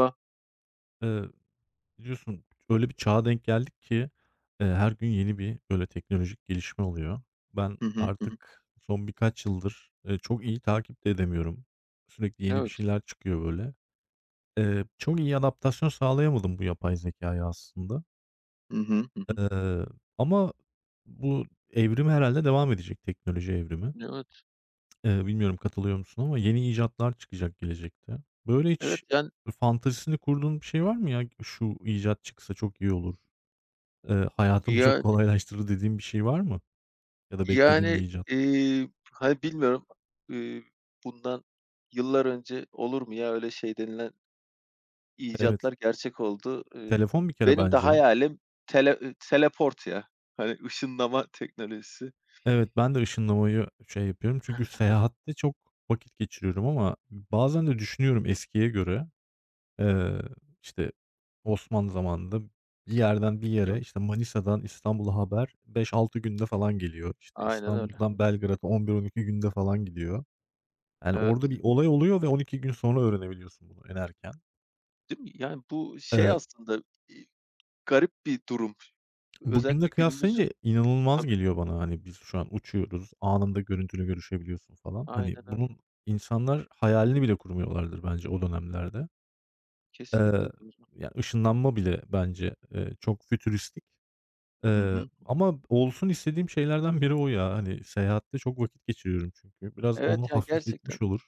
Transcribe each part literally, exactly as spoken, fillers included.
Ba. Eee, Biliyorsun öyle bir çağa denk geldik ki, eee, her gün yeni bir böyle teknolojik gelişme oluyor. Ben Hı hı. Hı hı. artık son birkaç yıldır, eee, çok iyi takip de edemiyorum. Sürekli yeni bir Evet. şeyler çıkıyor böyle. Eee, çok iyi adaptasyon sağlayamadım bu yapay zekâya aslında. Hı hı. Hı hı. Eee, Ama bu evrim herhalde devam edecek, teknoloji evrimi. Evet. Eee, bilmiyorum katılıyor musun ama yeni icatlar çıkacak gelecekte. Böyle Evet, hiç yani fantezisini kurduğun bir şey var mı ya? Şu icat çıksa çok iyi olur. Eee, hayatımı çok yani kolaylaştırdı dediğin bir şey var mı? Ya da beklediğin bir yani, icat? eee, hani, bilmiyorum, eee, bundan yıllar önce olur mu ya öyle şey denilen Evet. icatlar gerçek oldu. Eee, Telefon bir kere Benim de bence. hayalim tele eee, teleport ya. Hani, ışınlama teknolojisi. Evet, ben de ışınlamayı şey yapıyorum çünkü seyahatte çok vakit geçiriyorum ama bazen de düşünüyorum eskiye göre, eee, işte, Osmanlı zamanında bir yerden bir yere, Evet. işte, Manisa'dan İstanbul'a haber beş altı günde falan geliyor. İşte, Aynen öyle. İstanbul'dan Belgrad'a on bir on iki günde falan gidiyor. Yani, Evet. orada bir olay oluyor ve on iki gün sonra öğrenebiliyorsun bunu en erken. Değil mi? Yani bu şey aslında, iii, garip bir durum. Bugünle Özellikle günümüz. kıyaslayınca inanılmaz Tabii. geliyor bana. Hani, biz şu an uçuyoruz, anında görüntülü görüşebiliyorsun falan. Hani, Aynen öyle. bunun insanlar hayalini bile kurmuyorlardır bence o dönemlerde. Eee, Kesinlikle doğru. Ya, ışınlanma bile bence, eee, çok fütüristik. Hı Eee, hı. Ama olsun istediğim şeylerden biri o ya. Hani, seyahatte çok vakit geçiriyorum çünkü. Biraz Evet, onu ya gerçekten. hafifletmiş olur.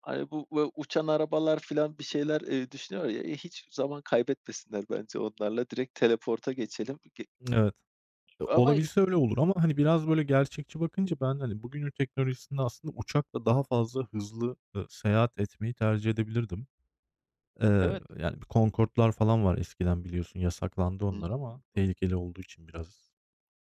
Hani, bu bu uçan arabalar filan bir şeyler, eee, düşünüyor ya, eee, hiç zaman kaybetmesinler bence onlarla. Direkt teleport'a geçelim. Ge Evet, e, ama olabilse öyle olur ama, hani, biraz böyle gerçekçi bakınca ben, hani, bugünün teknolojisinde aslında uçakla daha fazla hızlı, ııı, seyahat etmeyi tercih edebilirdim. Eee, evet. Yani, bir Concorde'lar falan var eskiden biliyorsun, yasaklandı Hı hı, onlar ama hı. tehlikeli olduğu için biraz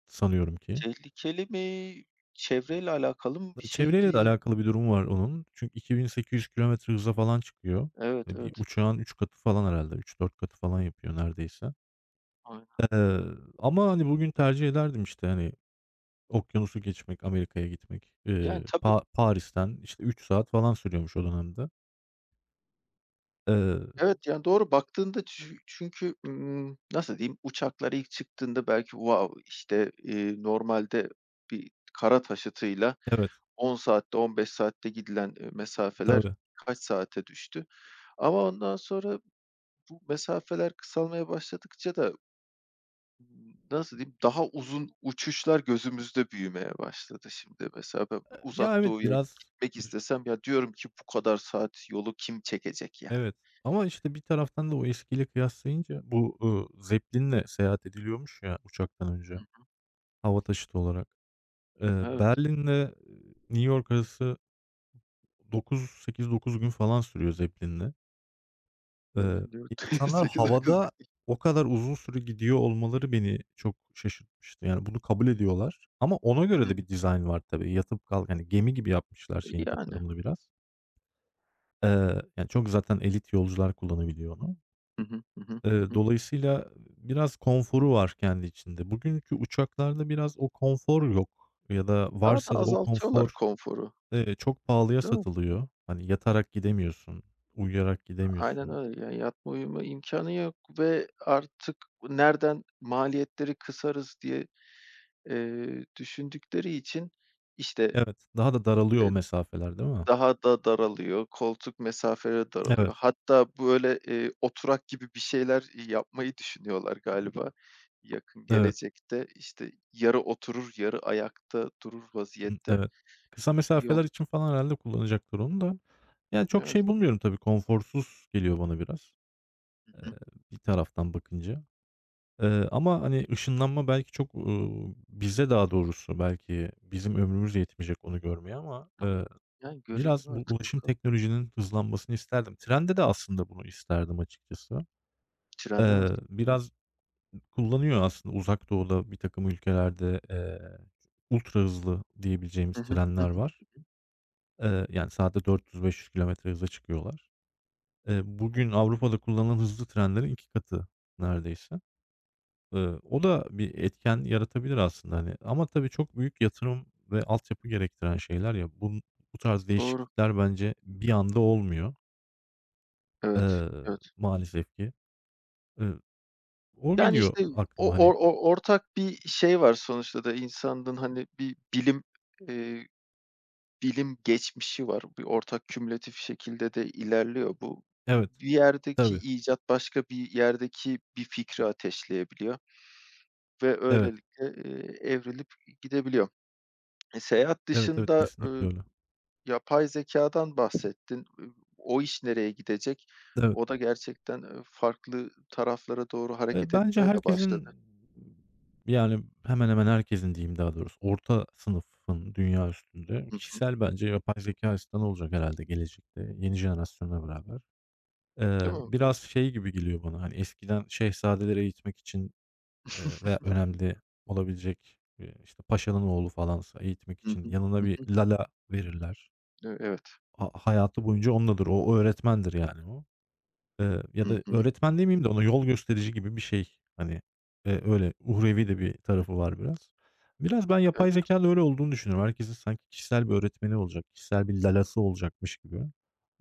sanıyorum ki. Tehlikeli mi? Çevreyle alakalı mı bir Çevreyle de şeydi? alakalı bir durum var onun. Çünkü iki bin sekiz yüz kilometre hıza falan çıkıyor. Evet, Eee, bir evet. uçağın üç katı falan herhâlde, üç dört katı falan yapıyor neredeyse. Aynen. Eee, Ama, hani, bugün tercih ederdim işte, hani, okyanusu geçmek, Amerika'ya gitmek. Eee, Yani, tabii, Pa Paris'ten, işte, üç saat falan sürüyormuş o dönemde. Eee evet, yani, doğru baktığında çü çünkü, ımm, nasıl diyeyim, uçaklar ilk çıktığında belki wow, işte, eee, normalde bir kara taşıtıyla Evet, on saatte, on beş saatte gidilen, eee, mesafeler tabii. kaç saate düştü? Ama ondan sonra bu mesafeler kısalmaya başladıkça da, nasıl diyeyim, daha uzun uçuşlar gözümüzde büyümeye başladı şimdi. Mesela ben Uzak Ya, evet, Doğu'ya biraz. gitmek istesem ya diyorum ki bu kadar saat yolu kim çekecek yani? Evet, ama, işte, bir taraftan da o eskiyle kıyaslayınca bu, ııı, Zeppelin'le seyahat ediliyormuş ya uçaktan Hıh. önce hava taşıtı olarak. Eee, Evet, Berlin'le, eee, New York arası dokuz, sekiz dokuz gün falan sürüyor Zeppelin'le. Eee, öyle diyor. insanlar sekiz dokuz havada gün. o kadar uzun süre gidiyor olmaları beni çok şaşırtmıştı. Yani, bunu kabul ediyorlar ama ona Hı göre hı. de bir dizayn var tabii. Yatıp kalk hani gemi gibi yapmışlar şeyin Yani. tasarımını biraz. Eee, yani, çok zaten elit yolcular kullanabiliyor onu. Hı hı. Hı hı. Eee, Hı hı. Dolayısıyla biraz konforu var kendi içinde. Bugünkü uçaklarda biraz o konfor yok ya da Daha da varsa da o azaltıyorlar konfor, konforu, eee, çok pahalıya değil mi? satılıyor. Hani yatarak gidemiyorsun, uyuyarak Aynen gidemiyorsun. öyle. Yani yatma uyuma imkânı yok ve artık nereden maliyetleri kısarız diye. Eee, düşündükleri için, işte, Evet, daha da daralıyor o eee, mesafeler değil mi? daha da daralıyor, koltuk mesafeleri daralıyor. Evet, Hatta böyle, eee, oturak gibi bir şeyler, yapmayı düşünüyorlar galiba yakın evet, gelecekte. İşte, yarı oturur, yarı ayakta durur ımm, vaziyette evet. Kısa bir yol. mesafeler için falan herhâlde kullanacaktır onu da. Yani çok Evet. şey bulmuyorum tabii, konforsuz geliyor bana biraz, Hı eee, hı. bir taraftan bakınca. Eee, ama, hani, ışınlanma belki çok, uuu, bize daha doğrusu belki bizim ömrümüz yetmeyecek onu görmeye ama, Tam eee, yani göreceğiz biraz bu artık ulaşım bakalım teknolojinin hızlanmasını isterdim. Trende de aslında bunu isterdim açıkçası. trende nasıl? Eee, biraz kullanıyor aslında Uzak Doğu'da birtakım ülkelerde, eee, ultra hızlı diyebileceğimiz Hı hı. Hı trenler hı. var. Eee, yani, saatte dört yüz beş yüz kilometre hıza çıkıyorlar. Eee, Evet, Bugün Avrupa'da kullanılan hızlı trenlerin iki katı neredeyse. Iıı, o da bir etken yaratabilir aslında, hani, ama tabii çok büyük yatırım ve altyapı gerektiren şeyler ya. Bun bu tarz doğru. değişiklikler bence bir anda olmuyor, Evet, ııı, evet. maalesef ki. Iıı, O Yani, geliyor işte, aklıma, o hani. o o ortak bir şey var sonuçta da insanlığın, hani, bir bilim, eee Bilim geçmişi var. Bir ortak kümülatif şekilde de ilerliyor bu. Evet, Bir yerdeki tabii. icat başka bir yerdeki bir fikri ateşleyebiliyor ve Evet, öylelikle, eee, evrilip gidebiliyor. E, seyahat evet, evet, dışında, kesinlikle ııı, öyle. yapay zekâdan bahsettin. Iıı, o iş nereye gidecek? Evet. O da gerçekten, eee, farklı taraflara doğru Eee, hareket Bence etmeye de başladı. herkesin, yani, hemen hemen herkesin diyeyim daha doğrusu, orta sınıfın dünya üstünde Hı hı. kişisel bence yapay zekâ asistanı olacak herhâlde gelecekte yeni jenerasyonla beraber. Değil Eee, mi? Biraz Evet. şey gibi geliyor bana, hani, eskiden şehzadeleri eğitmek için, eee, veya önemli olabilecek, eee, işte, paşanın oğlu falansa eğitmek Hı için hı. yanına Hı bir hı. lala verirler. E evet. Ha Hayatı boyunca onunladır. O o öğretmendir yani o. Eee, ya Hı da hı. öğretmen demeyeyim de ona yol gösterici gibi bir şey. Hani, eee, öyle uhrevi de bir tarafı var biraz. Biraz ben Evet. yapay zekânın öyle olduğunu düşünüyorum. Herkesin sanki kişisel bir öğretmeni olacak, kişisel bir lalası olacakmış gibi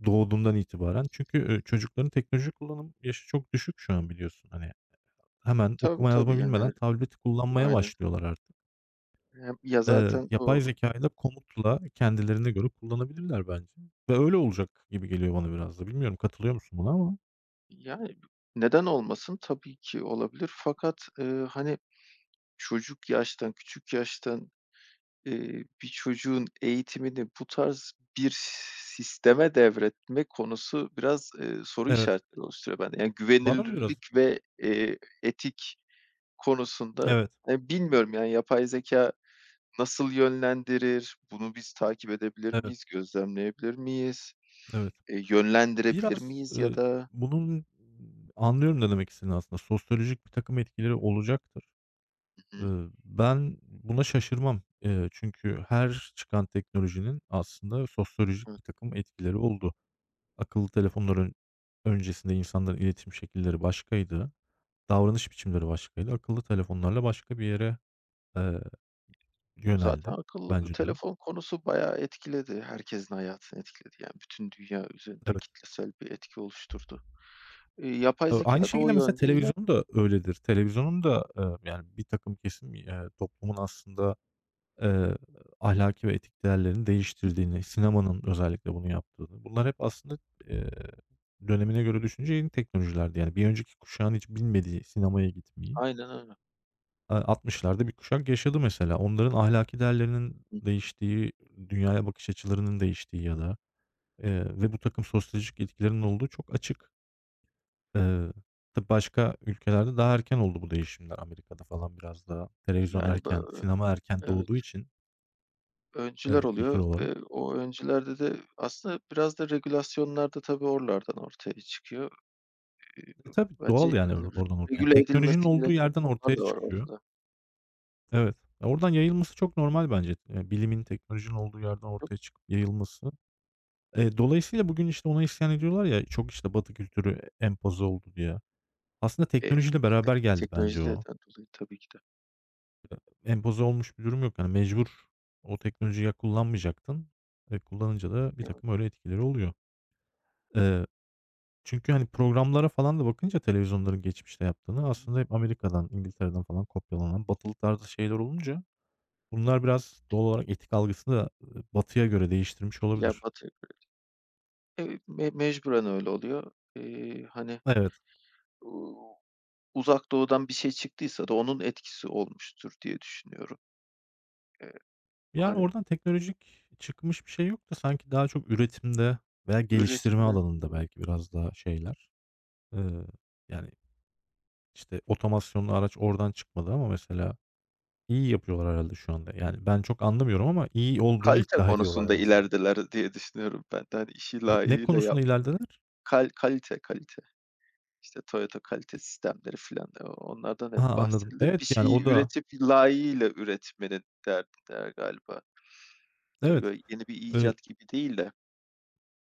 doğduğundan itibaren. Çünkü, eee, çocukların teknoloji kullanım yaşı çok düşük şu an biliyorsun. Hani, hemen Tabii, okuma tabii. yazma bilmeden Yani, tableti kullanmaya aynen. başlıyorlar artık. Hem ya Eee, zaten Yapay o. zekâyı da komutla kendilerine göre kullanabilirler bence ve öyle olacak gibi geliyor bana biraz da. Bilmiyorum katılıyor musun buna ama Yani, neden olmasın? Tabii ki olabilir fakat, eee, hani, çocuk yaştan, küçük yaştan, eee, bir çocuğun eğitimini bu tarz bir sisteme devretme konusu biraz, eee, soru evet. işaretleri oluşturuyor bende. Yani, Bana da güvenilirlik biraz. ve, eee, etik konusunda, Evet, eee, bilmiyorum, yani, yapay zeka nasıl yönlendirir? Bunu biz takip edebilir evet, miyiz? Gözlemleyebilir miyiz? evet. Eee, yönlendirebilir Biraz, miyiz ya ııı, da? bunun anlıyorum ne demek istediğini aslında. Sosyolojik bir takım etkileri olacaktır. Hı hı. Iıı, ben buna şaşırmam. Eee, çünkü her çıkan teknolojinin aslında sosyolojik bir takım etkileri oldu. Akıllı telefonların öncesinde insanların iletişim şekilleri başkaydı. Davranış biçimleri başkaydı. Akıllı telefonlarla başka bir yere, eee, Zaten yöneldi akıllı bence durum. telefon konusu bayağı etkiledi. Herkesin hayatını etkiledi. Yani bütün dünya üzerinde Evet. kitlesel bir etki oluşturdu. Eee, yapay Eee, zeka Aynı da o şekilde mesela yönde iler. televizyon da öyledir. Televizyonun da, eee, yani birtakım kesim, eee, toplumun aslında, eee, ahlaki ve etik değerlerini değiştirdiğini, sinemanın özellikle bunu yaptığını, bunlar hep aslında, eee, dönemine göre düşünce yeni teknolojilerdi. Yani bir önceki kuşağın hiç bilmediği sinemaya gitmeyi, Aynen öyle. eee, altmışlarda bir kuşak yaşadı mesela. Onların ahlaki değerlerinin Hı. değiştiği, dünyaya bakış açılarının değiştiği ya da, eee, ve bu takım sosyolojik etkilerinin olduğu çok açık. Eee, tabii başka ülkelerde daha erken oldu bu değişimler. Amerika'da falan biraz daha televizyon Yani, bö erken, sinema erken evet, doğduğu için, öncüler eee, kültür oluyor ve olarak. o öncülerde de aslında biraz da regülasyonlar da tabii oralardan ortaya çıkıyor. Eee, E, tabii doğal Bence, yani hani, or oradan ortaya yani regüle teknolojinin edilmesi olduğu gereken yerden konular ortaya da var çıkıyor. ortada. Evet. E, Oradan yayılması çok normal bence. Eee, bilimin teknolojinin olduğu yerden Çok, ortaya çıkıp yayılması. Eee, dolayısıyla bugün, işte, ona isyan ediyorlar ya, çok, işte, Batı kültürü empoze oldu diye. Aslında eee, teknolojiyle beraber geldi bence teknolojiden o. dolayı tabii ki de. Empoze olmuş bir durum yok. Yani mecbur o teknolojiyi ya kullanmayacaktın, e, kullanınca da Ya, birtakım öyle etkileri oluyor. Eee, Çünkü, hani, programlara falan da bakınca televizyonların geçmişte yaptığını aslında hep Amerika'dan, İngiltere'den falan kopyalanan batılı tarzı şeyler olunca bunlar biraz doğal olarak etik algısını da, ııı, batıya göre değiştirmiş yani olabilir. Batı me mecburen öyle oluyor. Eee, hani Evet. Uuu, Uzak Doğu'dan bir şey çıktıysa da onun etkisi olmuştur diye düşünüyorum. Eee, Yani, Hani, oradan teknolojik çıkmış bir şey yok da sanki daha çok üretimde veya geliştirme üretimde alanında belki biraz daha şeyler. Iıı, Yani, İşte, otomasyonlu araç oradan çıkmadı ama mesela iyi yapıyorlar herhâlde şu anda. Yani, ben çok anlamıyorum ama iyi olduğunu kalite iddia ediyorlar en konusunda azından. ilerideler diye düşünüyorum ben de. Hani, işi Ne ne layığıyla yap konusunda ilerlediler? kal kalite, kalite. İşte Toyota kalite sistemleri filan, eee, onlardan hep Ha, anladım. bahsedilir. Bir Evet, yani, şeyi o da. üretip layığıyla üretmenin derdindeler galiba. Eee, Evet, Böyle yeni bir eee, icat gibi değil de.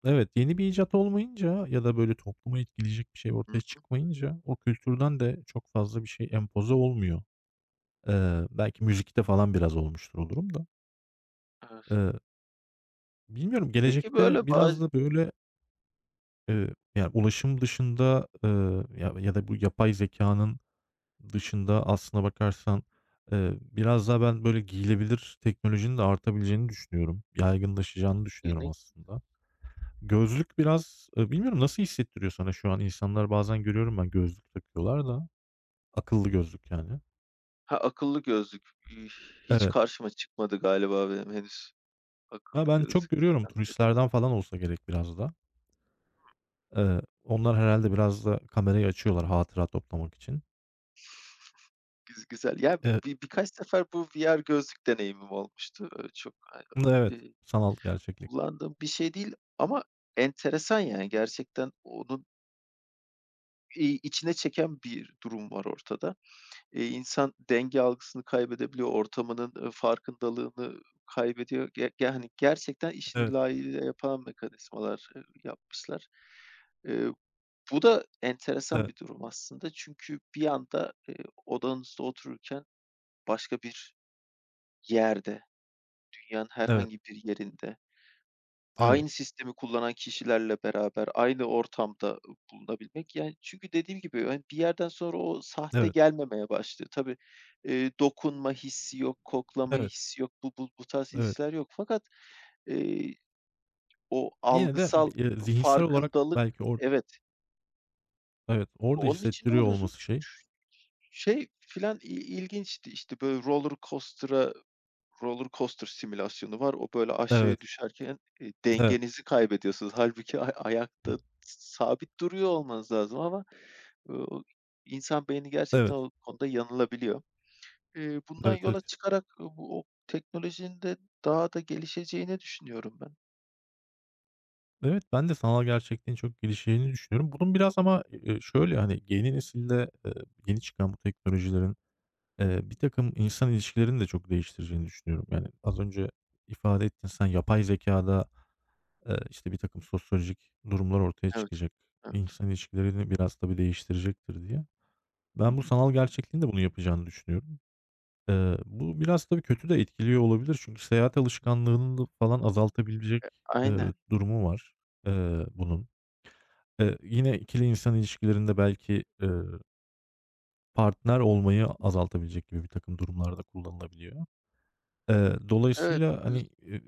evet, yeni bir icat olmayınca ya da böyle topluma etkileyecek bir şey Hı ortaya hı. çıkmayınca o kültürden de çok fazla bir şey empoze olmuyor. Eee, belki müzikte falan biraz olmuştur o durum da. Evet. Eee, Bilmiyorum Peki gelecekte böyle biraz bazı da böyle, eee, yani, ulaşım dışında, eee, ya ya da bu yapay zeka'nın dışında aslına bakarsan, eee, biraz daha ben böyle giyilebilir teknolojinin de artabileceğini düşünüyorum. Yaygınlaşacağını düşünüyorum yeni. aslında. Gözlük biraz, eee, bilmiyorum nasıl hissettiriyor sana şu an? İnsanlar bazen görüyorum ben gözlük takıyorlar da. Akıllı gözlük yani. Ha, akıllı gözlük. Üh, Hiç Evet. karşıma çıkmadı galiba benim henüz. Akıllı Ha, ben çok gözlük görüyorum takan. turistlerden falan olsa gerek biraz da. Eee, onlar herhalde biraz da kamerayı açıyorlar hatıra toplamak için. Güz güzel. Ya, Eee, bi birkaç sefer bu V R gözlük deneyimim olmuştu. Eee, çok, hani, evet, eee, sanal gerçeklik. kullandığım bir şey değil ama enteresan, yani, gerçekten onun, iii, içine çeken bir durum var ortada. Eee, insan denge algısını kaybedebiliyor, ortamının, eee, farkındalığını kaybediyor. Ge ge hani, gerçekten işini Evet, layığıyla yapan mekanizmalar, eee, yapmışlar. Eee, Bu da enteresan evet, bir durum aslında çünkü bir anda, eee, odanızda otururken başka bir yerde, dünyanın evet, herhangi bir yerinde, evet, aynı sistemi kullanan kişilerle beraber aynı ortamda, bulunabilmek, yani, çünkü dediğim gibi, yani bir yerden sonra o evet, sahte evet, gelmemeye başlıyor. Tabii, eee, dokunma hissi yok, koklama evet, hissi yok, bu bu bu tarz evet. hisler yok fakat, eee, o Yine de bi algısal eee, zihinsel olarak farkındalık. belki or Evet, evet, orada onun içinde hissettiriyor oluyorsun olması şey. çünkü şey filan i ilginçti, işte, böyle roller coaster'a roller coaster simülasyonu var. O böyle aşağıya Evet, düşerken, eee, evet, dengenizi kaybediyorsunuz. Hâlbuki ay hı, ayakta sabit duruyor olmanız lazım ama, ııı, insan beyni evet, gerçekten o konuda yanılabiliyor. Eee, bundan evet, evet. yola çıkarak, ııı, bu o teknolojinin de daha da gelişeceğini düşünüyorum ben. Evet, ben de sanal gerçekliğin çok gelişeceğini düşünüyorum. Bunun biraz ama, eee, şöyle, hani, yeni nesilde, eee, yeni çıkan bu teknolojilerin, eee, birtakım insan ilişkilerini de çok değiştireceğini düşünüyorum. Yani, az önce ifade ettin sen, yapay zekâda, eee, işte, birtakım sosyolojik durumlar ortaya Evet, çıkacak. evet. İnsan ilişkilerini biraz tabii değiştirecektir diye. Hı Ben bu hı. sanal gerçekliğin de bunu yapacağını düşünüyorum. Eee, bu biraz tabii kötü de etkiliyor olabilir. Çünkü seyahat alışkanlığını da falan azaltabilecek, eee, Aynen. durumu var, eee, bunun. Eee, yine ikili insan ilişkilerinde belki, eee, partner olmayı azaltabilecek gibi bir takım durumlarda kullanılabiliyor. Eee, Evet, Dolayısıyla, ııı, hani, eee,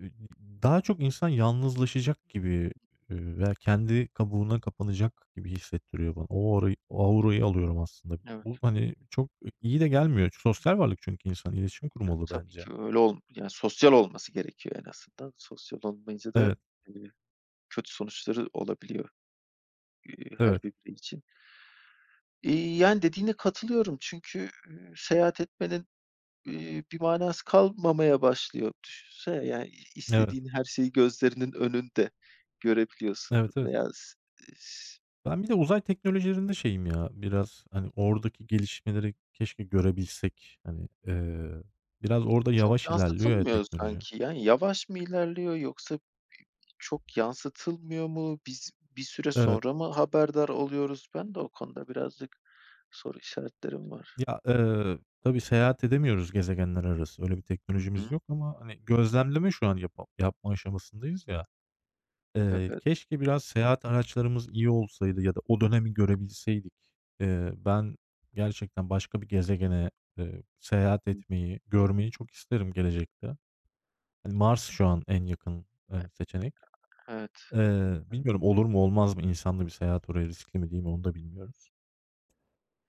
daha çok insan yalnızlaşacak gibi, eee, veya kendi kabuğuna kapanacak gibi hissettiriyor bana. O orayı o aurayı alıyorum aslında. evet, Bu, hani, çok iyi de gelmiyor. Sosyal varlık çünkü insan, iletişim kurmalı tabii bence. ki öyle ol yani sosyal olması gerekiyor en azından. Sosyal olmayınca da, Evet. eee, kötü sonuçları olabiliyor, eee, her Evet, bir birey için. İii, yani, dediğine katılıyorum çünkü, ııı, seyahat etmenin, iii, bir manası kalmamaya başlıyor. Düşünsene, yani, i evet, istediğin her şeyi gözlerinin önünde görebiliyorsun evet, evet. veya s s Ben bir de uzay teknolojilerinde şeyim ya, biraz, hani, oradaki gelişmeleri keşke görebilsek. Hani, eee, biraz orada çok yavaş ilerliyor ya yansıtılmıyor teknoloji. sanki. Yani, yavaş mı ilerliyor yoksa çok yansıtılmıyor mu? Biz bir süre Evet. sonra mı haberdar oluyoruz? Ben de o konuda birazcık soru işaretlerim var. Ya, eee, tabii seyahat edemiyoruz gezegenler arası, öyle bir Hı teknolojimiz hı. yok ama, hani, gözlemleme şu an yapa yapma aşamasındayız ya. Eee, Evet. Keşke biraz seyahat araçlarımız iyi olsaydı ya da o dönemi görebilseydik. Eee, ben gerçekten başka bir gezegene, eee, seyahat Hı. etmeyi, görmeyi çok isterim gelecekte. Hani, Mars şu an en yakın, eee, seçenek. Evet. Eee, bilmiyorum olur mu olmaz mı insanlı bir seyahat oraya riskli mi değil mi onu da bilmiyoruz.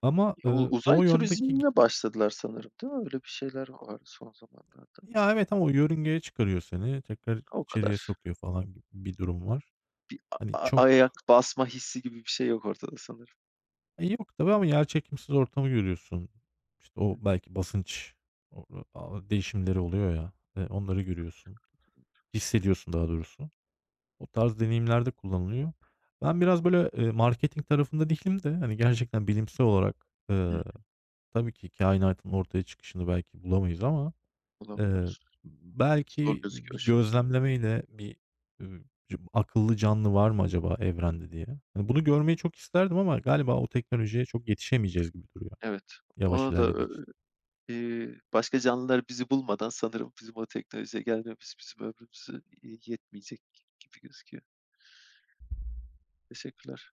Ama, U ııı, uzay o yöndeki gi turizmine başladılar sanırım, değil mi? Öyle bir şeyler var son zamanlarda. ya, evet ama o yörüngeye çıkarıyor seni, tekrar O kadar. içeriye sokuyor falan gibi bir durum var. Hani, A ayak çok, basma hissi gibi bir şey yok ortada sanırım. e, yok tabii ama yerçekimsiz ortamı görüyorsun. İşte, o Hı belki basınç o a değişimleri oluyor ya, eee, onları görüyorsun. hı. Hissediyorsun daha doğrusu. O tarz deneyimlerde kullanılıyor. Ben biraz böyle, eee, marketing tarafında değilim de, hani, gerçekten bilimsel olarak, Hı. eee, tabii ki kainatın ortaya çıkışını belki bulamayız ama, eee, Bulamıyoruz. Zor belki gözüküyor bir şu an. gözlemlemeyle bir, ııı, c akıllı canlı var mı acaba evrende diye. Hani, bunu görmeyi çok isterdim ama galiba o teknolojiye çok yetişemeyeceğiz gibi duruyor, Evet. yavaş Ona da, ilerlediği ö için. eee, başka canlılar bizi bulmadan sanırım bizim o teknolojiye gelmemiz bizim ömrümüzü, iii, yetmeyecek gibi gözüküyor. Teşekkürler.